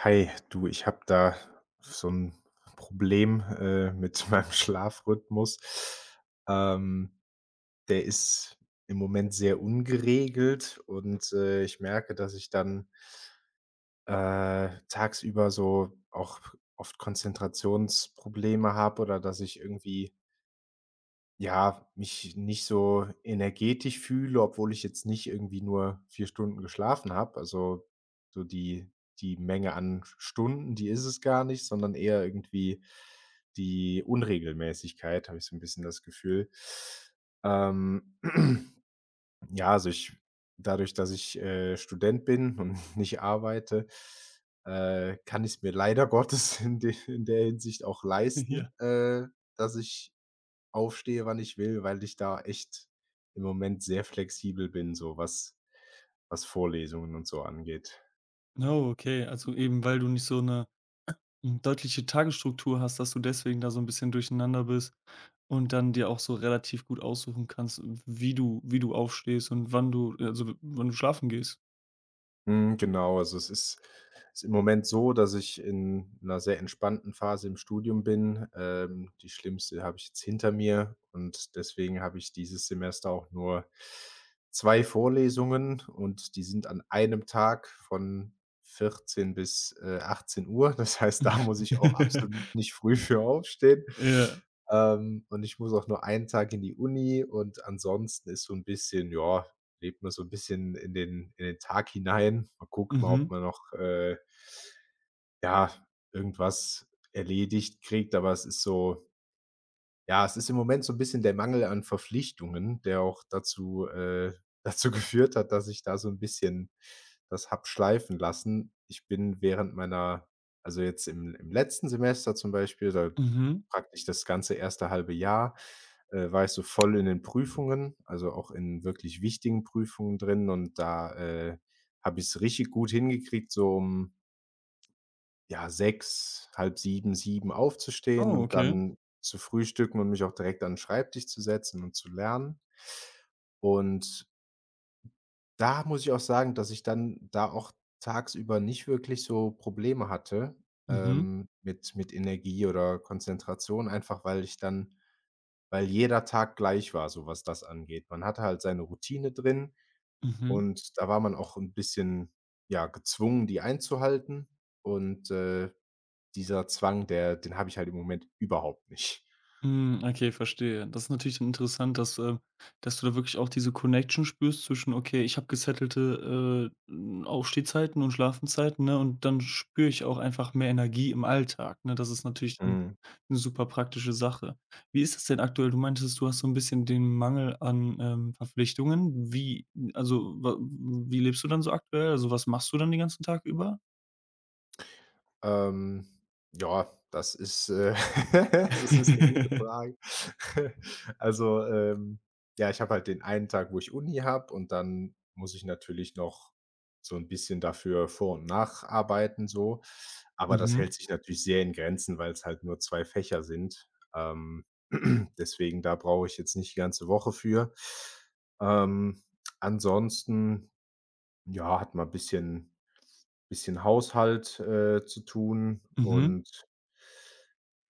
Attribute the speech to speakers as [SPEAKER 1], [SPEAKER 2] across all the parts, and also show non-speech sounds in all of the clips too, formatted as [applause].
[SPEAKER 1] Hi, du, ich habe da so ein Problem mit [laughs] meinem Schlafrhythmus. Ähm, der ist im Moment sehr ungeregelt und ich merke, dass ich dann tagsüber so auch oft Konzentrationsprobleme habe oder dass ich irgendwie ja, mich nicht so energetisch fühle, obwohl ich jetzt nicht irgendwie nur 4 Stunden geschlafen habe. Also, so die Menge an Stunden, die ist es gar nicht, sondern eher irgendwie die Unregelmäßigkeit, habe ich so ein bisschen das Gefühl. Ähm, [clears throat] ja, also ich dadurch, dass ich Student bin und [laughs] nicht arbeite kann ich's mir leider [laughs] Gottes in der Hinsicht auch leisten
[SPEAKER 2] Ja.
[SPEAKER 1] dass ich aufstehe, wann ich will, weil ich da echt im Moment sehr flexibel bin, so was Vorlesungen und so angeht.
[SPEAKER 2] no, okay. Also eben, weil du nicht so eine deutliche Tagesstruktur hast, dass du deswegen da so ein bisschen durcheinander bist und dann dir auch so relativ gut aussuchen kannst, wie du aufstehst und wann du also, wann du schlafen gehst.
[SPEAKER 1] Mhm, genau. Also, es ist im Moment so, dass ich in einer sehr entspannten Phase im Studium bin. Die schlimmste habe ich jetzt hinter mir und deswegen habe ich dieses Semester auch nur 2 Vorlesungen und die sind an einem Tag von 14 bis 18 Uhr. Das heißt, da
[SPEAKER 2] Ja.
[SPEAKER 1] muss ich auch absolut
[SPEAKER 2] [laughs]
[SPEAKER 1] nicht früh für aufstehen.
[SPEAKER 2] Ja.
[SPEAKER 1] Und ich muss auch nur einen Tag in die Uni und ansonsten ist so ein bisschen, ja, lebt nur so ein bisschen in den Tag hinein. Man guckt mal, ob
[SPEAKER 2] Mhm.
[SPEAKER 1] man noch ja, irgendwas erledigt kriegt, aber es ist so ja, es ist im Moment so ein bisschen der Mangel an Verpflichtungen, der auch dazu [laughs] dazu geführt hat, dass ich da so ein bisschen das habe schleifen lassen. Ich bin während meiner also jetzt im letzten Semester zum Beispiel, da
[SPEAKER 2] Mhm.
[SPEAKER 1] praktisch das ganze erste halbe Jahr war ich so voll in den Prüfungen, also auch in wirklich wichtigen Prüfungen drin und da habe ich es richtig gut hingekriegt, so um ja, sechs, halb sieben, sieben aufzustehen
[SPEAKER 2] Oh,
[SPEAKER 1] und
[SPEAKER 2] okay.
[SPEAKER 1] dann zu frühstücken und mich auch direkt an den Schreibtisch zu setzen und zu lernen. Und da muss ich auch sagen, dass ich dann da auch tagsüber nicht wirklich so Probleme hatte
[SPEAKER 2] Mhm.
[SPEAKER 1] mit Energie oder Konzentration, einfach weil ich dann weil jeder Tag gleich war, so was das angeht. Man hatte halt seine Routine drin
[SPEAKER 2] Mhm.
[SPEAKER 1] und da war man auch ein bisschen, ja, gezwungen, die einzuhalten. Und dieser Zwang, der den habe ich halt im Moment überhaupt nicht.
[SPEAKER 2] Hm, okay, verstehe. Das ist natürlich dann interessant, dass du da wirklich auch diese Connection spürst zwischen: „Okay, ich habe gesettelte, Aufstehzeiten und Schlafenzeiten, ne, und dann spüre ich auch einfach mehr Energie im Alltag", ne? Das ist natürlich dann
[SPEAKER 1] Mhm.
[SPEAKER 2] eine super praktische Sache. Wie ist das denn aktuell? Du meintest, du hast so ein bisschen den Mangel an, Verpflichtungen. Wie also, wa wie lebst du dann so aktuell? Also, was machst du dann den ganzen Tag über?
[SPEAKER 1] Ähm, ja, [laughs] das ist eine gute
[SPEAKER 2] [laughs]
[SPEAKER 1] Frage. [laughs] Also ja, ich habe halt den einen Tag, wo ich Uni habe und dann muss ich natürlich noch so ein bisschen dafür vor und nacharbeiten so, aber das hält
[SPEAKER 2] Mhm,
[SPEAKER 1] sich natürlich sehr in Grenzen, weil es halt nur 2 Fächer sind. Ähm, [clears throat] Deswegen, da brauche ich jetzt nicht die ganze Woche für. Ähm, ansonsten, ja, hat mal ein bisschen Haushalt zu tun
[SPEAKER 2] mhm.
[SPEAKER 1] und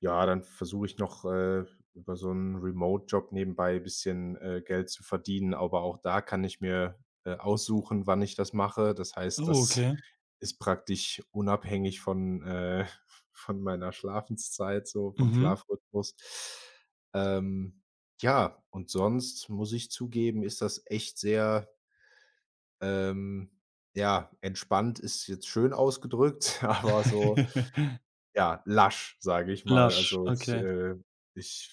[SPEAKER 1] ja, dann versuche ich noch über so einen Remote-Job nebenbei ein bisschen Geld zu verdienen, aber auch da kann ich mir aussuchen, wann ich das mache. Das heißt,
[SPEAKER 2] Oh,
[SPEAKER 1] das
[SPEAKER 2] okay.
[SPEAKER 1] [laughs] ist praktisch unabhängig [laughs] von meiner Schlafenszeit, so vom
[SPEAKER 2] Mhm.
[SPEAKER 1] Schlafrhythmus. Ähm, ja, und sonst muss ich zugeben, ist das echt sehr ähm, ja, entspannt ist jetzt schön ausgedrückt, [laughs] aber so,
[SPEAKER 2] [laughs]
[SPEAKER 1] ja, lasch, sage ich mal.
[SPEAKER 2] Lasch,
[SPEAKER 1] Also, ich
[SPEAKER 2] okay.
[SPEAKER 1] äh, ich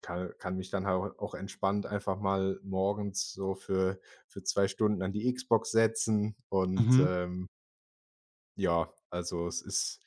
[SPEAKER 1] kann mich dann hau auch entspannt einfach mal morgens so für 2 Stunden an die Xbox setzen und
[SPEAKER 2] Mhm.
[SPEAKER 1] ja, also, es ist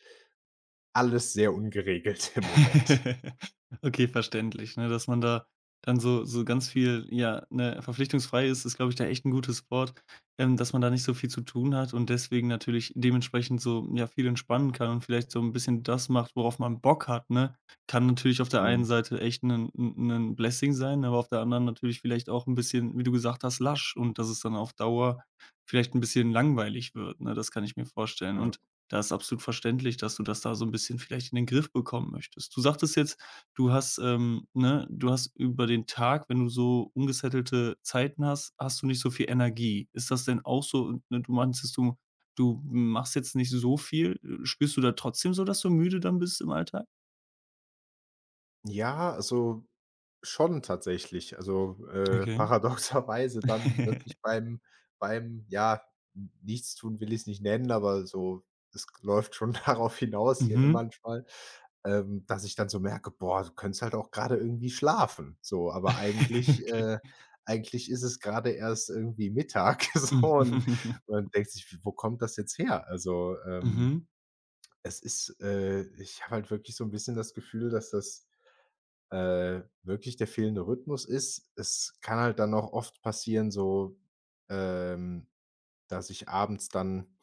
[SPEAKER 1] alles sehr ungeregelt [laughs] im Moment.
[SPEAKER 2] [laughs] Okay, verständlich, ne, dass man da dann so ganz viel ja, ne, verpflichtungsfrei ist, ist, glaube ich, da echt ein gutes Wort, dass man da nicht so viel zu tun hat und deswegen natürlich dementsprechend so, ja, viel entspannen kann und vielleicht so ein bisschen das macht, worauf man Bock hat, ne? Kann natürlich auf der einen
[SPEAKER 1] Mhm,
[SPEAKER 2] Seite echt ein 'nen Blessing sein, aber auf der anderen natürlich vielleicht auch ein bisschen, wie du gesagt hast, lasch und dass es dann auf Dauer vielleicht ein bisschen langweilig wird, ne? Das kann ich mir vorstellen und
[SPEAKER 1] ja.
[SPEAKER 2] da ist absolut verständlich, dass du das da so ein bisschen vielleicht in den Griff bekommen möchtest. Du sagtest jetzt, du hast, ne, du hast über den Tag, wenn du so ungesettelte Zeiten hast, hast du nicht so viel Energie. Ist das denn auch so ne, du meinst, du machst jetzt nicht so viel. Spürst du da trotzdem so, dass du müde dann bist im Alltag?
[SPEAKER 1] Ja, also schon tatsächlich. Also [laughs]
[SPEAKER 2] Okay.
[SPEAKER 1] paradoxerweise dann wirklich
[SPEAKER 2] [laughs]
[SPEAKER 1] beim, ja, N Nichtstun will ich es nicht nennen, aber so, es läuft schon [laughs] darauf hinaus hier
[SPEAKER 2] Mhm.
[SPEAKER 1] manchmal dass ich dann so merke: „Boah, du könntest halt auch gerade irgendwie schlafen", so. Aber
[SPEAKER 2] [laughs]
[SPEAKER 1] eigentlich
[SPEAKER 2] Okay.
[SPEAKER 1] äh, eigentlich ist es gerade erst irgendwie Mittag [laughs] so und
[SPEAKER 2] Mhm.
[SPEAKER 1] man denkt sich: „Wo kommt das jetzt her?" Also
[SPEAKER 2] Mhm.
[SPEAKER 1] es ist ich habe halt wirklich so ein bisschen das Gefühl, dass das, wirklich der fehlende Rhythmus ist. Es kann halt dann auch oft passieren, so, ähm, dass ich abends dann,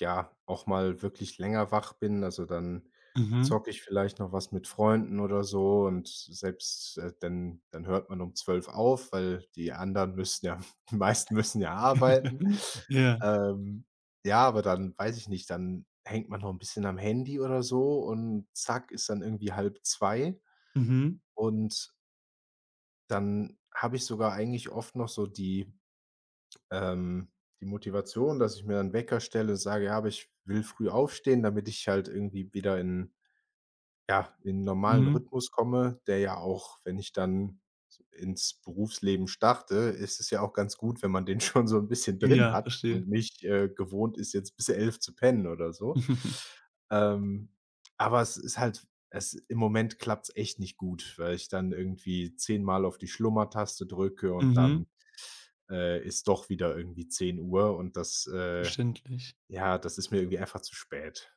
[SPEAKER 1] ja, auch mal wirklich länger wach bin. Also, dann
[SPEAKER 2] Mhm.
[SPEAKER 1] zocke ich vielleicht noch was mit Freunden oder so und selbst, dann hört man um zwölf auf, weil die anderen müssen ja [laughs] die meisten müssen ja arbeiten.
[SPEAKER 2] [laughs] Ja.
[SPEAKER 1] Ähm, ja, aber dann weiß ich nicht, dann hängt man noch ein bisschen am Handy oder so und zack, ist dann irgendwie halb zwei
[SPEAKER 2] Mhm.
[SPEAKER 1] und dann habe ich sogar eigentlich oft noch so ähm, die Motivation, dass ich mir dann Wecker stelle und sage: „Ja, aber ich will früh aufstehen, damit ich halt irgendwie wieder in 'n normalen
[SPEAKER 2] Mhm.
[SPEAKER 1] Rhythmus komme, der ja auch wenn ich dann s ins Berufsleben starte, ist es ja auch ganz gut, wenn man den [laughs] schon so 'n bisschen drin
[SPEAKER 2] Ja,
[SPEAKER 1] hat
[SPEAKER 2] verstehe.
[SPEAKER 1] und nicht gewohnt ist, jetzt bis 11 zu pennen oder so."
[SPEAKER 2] [laughs]
[SPEAKER 1] Ähm, aber es ist halt es im Moment klappt's echt nicht gut, weil ich dann irgendwie zehnmal auf die Schlummertaste drücke und dann
[SPEAKER 2] Mhm.
[SPEAKER 1] ist doch wieder irgendwie 10 Uhr und
[SPEAKER 2] Verständlich.
[SPEAKER 1] ja, das ist mir irgendwie einfach zu spät.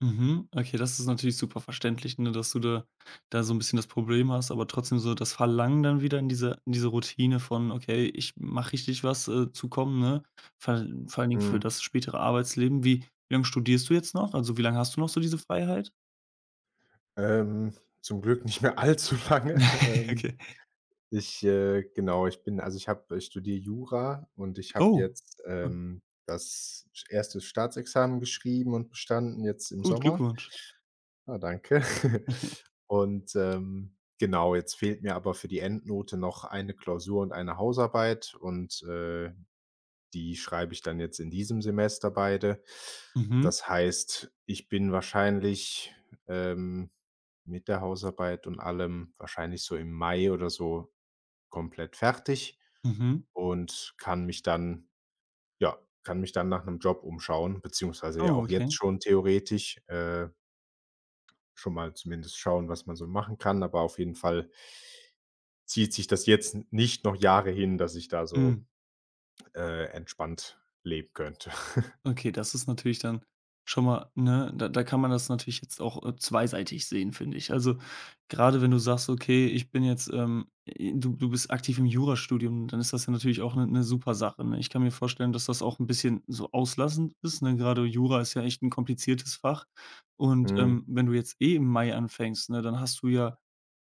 [SPEAKER 2] Mhm. Okay, das ist natürlich super verständlich, ne, dass du da so ein bisschen das Problem hast, aber trotzdem so das Verlangen dann wieder in diese Routine von: „Okay, ich mache richtig was", zu kommen, ne? Vor allen Dingen für
[SPEAKER 1] Mhm.
[SPEAKER 2] das spätere Arbeitsleben. Wie lange studierst du jetzt noch? Also, wie lange hast du noch so diese Freiheit?
[SPEAKER 1] Ähm, zum Glück nicht mehr allzu
[SPEAKER 2] [laughs]
[SPEAKER 1] lange.
[SPEAKER 2] Ja,
[SPEAKER 1] [laughs] Ähm,
[SPEAKER 2] okay.
[SPEAKER 1] ich, äh genau, ich studiere Jura und ich habe
[SPEAKER 2] Oh,
[SPEAKER 1] jetzt
[SPEAKER 2] hm,
[SPEAKER 1] das sch Staatsexamen geschrieben und bestanden jetzt im
[SPEAKER 2] gut,
[SPEAKER 1] Sommer.
[SPEAKER 2] Glückwunsch.
[SPEAKER 1] Ah, danke. [laughs]
[SPEAKER 2] [laughs]
[SPEAKER 1] Und genau, jetzt fehlt mir aber für die Endnote noch eine Klausur und eine Hausarbeit und, die schreibe ich dann jetzt in diesem Semester beide.
[SPEAKER 2] Mhm,
[SPEAKER 1] Das heißt, ich bin wahrscheinlich, ähm, mit der Hausarbeit und allem wahrscheinlich so im Mai oder so komplett fertig
[SPEAKER 2] mhm.
[SPEAKER 1] und kann mich dann ja, kann mich dann nach einem Job umschauen, beziehungsweise ja
[SPEAKER 2] Oh,
[SPEAKER 1] auch jetzt
[SPEAKER 2] okay.
[SPEAKER 1] schon theoretisch schon mal zumindest schauen, was man so machen kann. Aber auf jeden Fall zieht sich das jetzt nicht noch Jahre hin, dass ich da so
[SPEAKER 2] Mhm.
[SPEAKER 1] entspannt leben könnte. [laughs]
[SPEAKER 2] Okay, das ist natürlich dann schon mal ne, da da kann man das natürlich jetzt auch, zweiseitig sehen, finde ich. Also, gerade wenn du sagst: „Okay, ich bin jetzt, du bist aktiv im Jurastudium, dann ist das ja natürlich auch eine super Sache, ne? Ich kann mir vorstellen, dass das auch ein bisschen so auslassend ist, ne? Gerade Jura ist ja echt ein kompliziertes Fach. Und,
[SPEAKER 1] Mhm.
[SPEAKER 2] wenn du jetzt eh im Mai anfängst, ne, dann hast du ja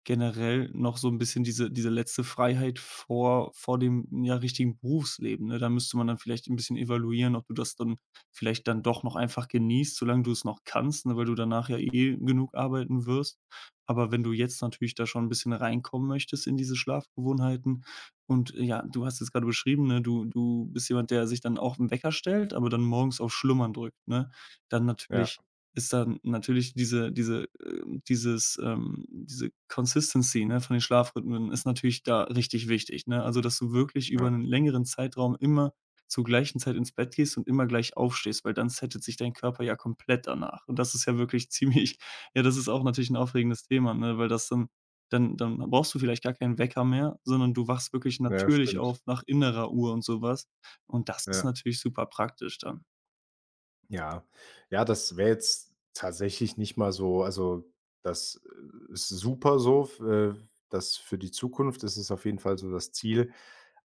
[SPEAKER 2] generell noch so ein bisschen diese letzte Freiheit vor dem, ja, richtigen Berufsleben, ne? Da müsste man dann vielleicht ein bisschen evaluieren, ob du das dann vielleicht dann doch noch einfach genießt, solange du es noch kannst, ne, weil du danach ja eh genug arbeiten wirst. Aber wenn du jetzt natürlich da schon ein bisschen reinkommen möchtest in diese Schlafgewohnheiten und, ja, du hast jetzt gerade beschrieben, ne, du bist jemand, der sich dann auch im Wecker stellt, aber dann morgens auf Schlummern drückt, ne? Dann
[SPEAKER 1] Ja,
[SPEAKER 2] natürlich ist dann natürlich diese Consistency, ne, von den Schlafrhythmen ist natürlich da richtig wichtig, ne? Also, dass du wirklich über
[SPEAKER 1] ja.
[SPEAKER 2] einen längeren Zeitraum immer zur gleichen Zeit ins Bett gehst und immer gleich aufstehst, weil dann settet sich dein Körper ja komplett danach. Und das ist ja wirklich [laughs] ziemlich ja, das ist auch natürlich ein aufregendes Thema, ne, weil das dann brauchst du vielleicht gar keinen Wecker mehr, sondern du wachst wirklich
[SPEAKER 1] Ja,
[SPEAKER 2] natürlich
[SPEAKER 1] stimmt.
[SPEAKER 2] auf nach innerer Uhr und sowas. Und das ist
[SPEAKER 1] Ja,
[SPEAKER 2] natürlich super praktisch dann.
[SPEAKER 1] ja. Ja, das wäre jetzt tatsächlich nicht mal so also, das, ist super so f das für die Zukunft, das ist auf jeden Fall so das Ziel.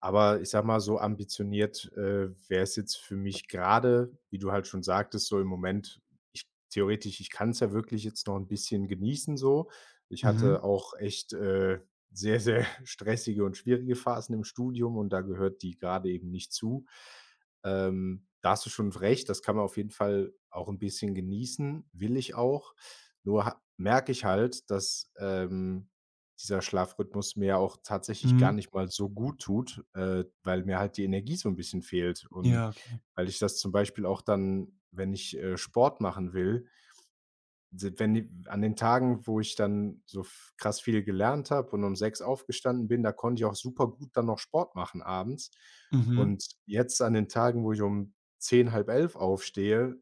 [SPEAKER 1] Aber ich sage mal, so ambitioniert wäre es jetzt für mich gerade, wie du halt schon sagtest, so im Moment ich kann es ja wirklich jetzt noch ein bisschen genießen so. Ich
[SPEAKER 2] Mhm.
[SPEAKER 1] hatte auch echt sehr, sehr [laughs] stressige und schwierige Phasen im Studium und da gehört die gerade eben nicht zu. Da hast du schon recht, das kann man auf jeden Fall auch ein bisschen genießen, will ich auch. Nur ha merke ich halt, dass dieser Schlafrhythmus mir ja auch tatsächlich gar
[SPEAKER 2] Mhm.
[SPEAKER 1] nicht mal so gut tut weil mir halt die Energie so ein bisschen fehlt und
[SPEAKER 2] Ja, okay.
[SPEAKER 1] weil ich das zum Beispiel auch dann, wenn ich Sport machen will, se wenn die an den Tagen, wo ich dann so f krass viel gelernt habe und um sechs aufgestanden bin, da konnte ich auch super gut dann noch Sport machen abends.
[SPEAKER 2] Mhm.
[SPEAKER 1] Und jetzt an den Tagen, wo ich um 10, elf aufstehe,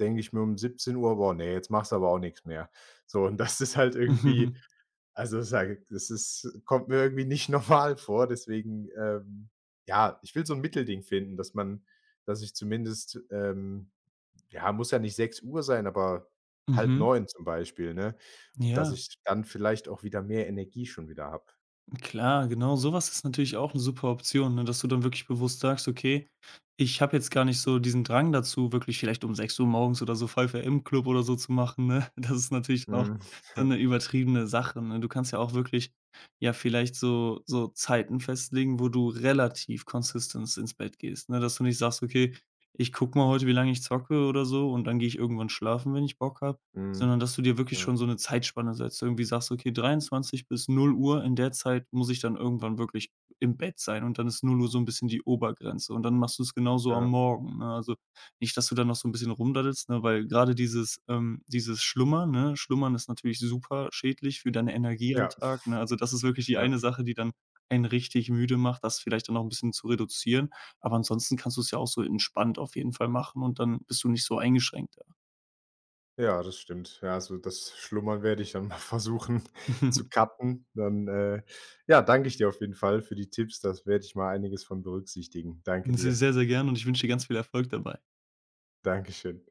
[SPEAKER 1] denke ich mir um 17 Uhr: „Boah, nee, jetzt machst du aber auch nichts mehr." So, und das ist halt irgendwie
[SPEAKER 2] [laughs]
[SPEAKER 1] also, das sage ich, das ist kommt mir irgendwie nicht [laughs] normal vor, deswegen, ja, ich will so 'n Mittelding finden, dass ich zumindest, ja, muss ja nicht sechs Uhr sein, aber
[SPEAKER 2] Mhm.
[SPEAKER 1] halb
[SPEAKER 2] Mhm.
[SPEAKER 1] neun zum Beispiel, ne? Und dass
[SPEAKER 2] Ja.
[SPEAKER 1] ich dann vielleicht auch wieder mehr Energie schon wieder habe.
[SPEAKER 2] Klar, genau, sowas ist natürlich auch eine super Option, ne, dass du dann wirklich bewusst sagst: „Okay, ich habe jetzt gar nicht so diesen Drang dazu, wirklich vielleicht um 6 Uhr morgens oder so 5:00 AM-Club oder so zu machen", ne? [laughs] Das ist natürlich auch
[SPEAKER 1] Mhm.
[SPEAKER 2] so
[SPEAKER 1] [laughs]
[SPEAKER 2] 'ne übertriebene Sache, ne? Du kannst ja auch wirklich, ja, vielleicht so Zeiten festlegen, wo du relativ consistent ins Bett gehst, ne? Dass du nicht sagst: „Okay, ich gucke mal heute, wie lange ich zocke oder so und dann gehe ich irgendwann schlafen, wenn ich Bock habe." Sondern
[SPEAKER 1] Mhm.
[SPEAKER 2] dass du dir wirklich
[SPEAKER 1] Ja,
[SPEAKER 2] schon so eine Zeitspanne setzt, irgendwie sagst: „Okay, 23 bis 0 Uhr. In der Zeit muss ich dann irgendwann wirklich im Bett sein", und dann ist 0 Uhr so ein bisschen die Obergrenze und dann machst du's genauso am
[SPEAKER 1] ja,
[SPEAKER 2] Morgen, ne? Also, nicht, dass du dann noch so ein bisschen rumdaddelst, ne, weil gerade dieses dieses Schlummern, ne Schlummern ist natürlich super schädlich für deine Energie am
[SPEAKER 1] ja,
[SPEAKER 2] Tag, ne? Also, das ist wirklich die
[SPEAKER 1] ja.
[SPEAKER 2] eine Sache, die dann einen richtig müde macht, das vielleicht dann noch ein bisschen zu reduzieren. Aber ansonsten kannst du es ja auch so entspannt auf jeden Fall machen und dann bist du nicht so eingeschränkt, ja.
[SPEAKER 1] Ja, das stimmt. Ja, also das Schlummern werde ich dann mal [laughs] versuchen zu
[SPEAKER 2] [laughs]
[SPEAKER 1] cutten. Dann ja, danke ich dir auf jeden Fall für die Tipps. Das werde ich mal einiges von berücksichtigen. Danke
[SPEAKER 2] Se
[SPEAKER 1] dir.
[SPEAKER 2] sehr, sehr gerne und ich wünsche dir ganz viel Erfolg dabei.
[SPEAKER 1] Dankeschön.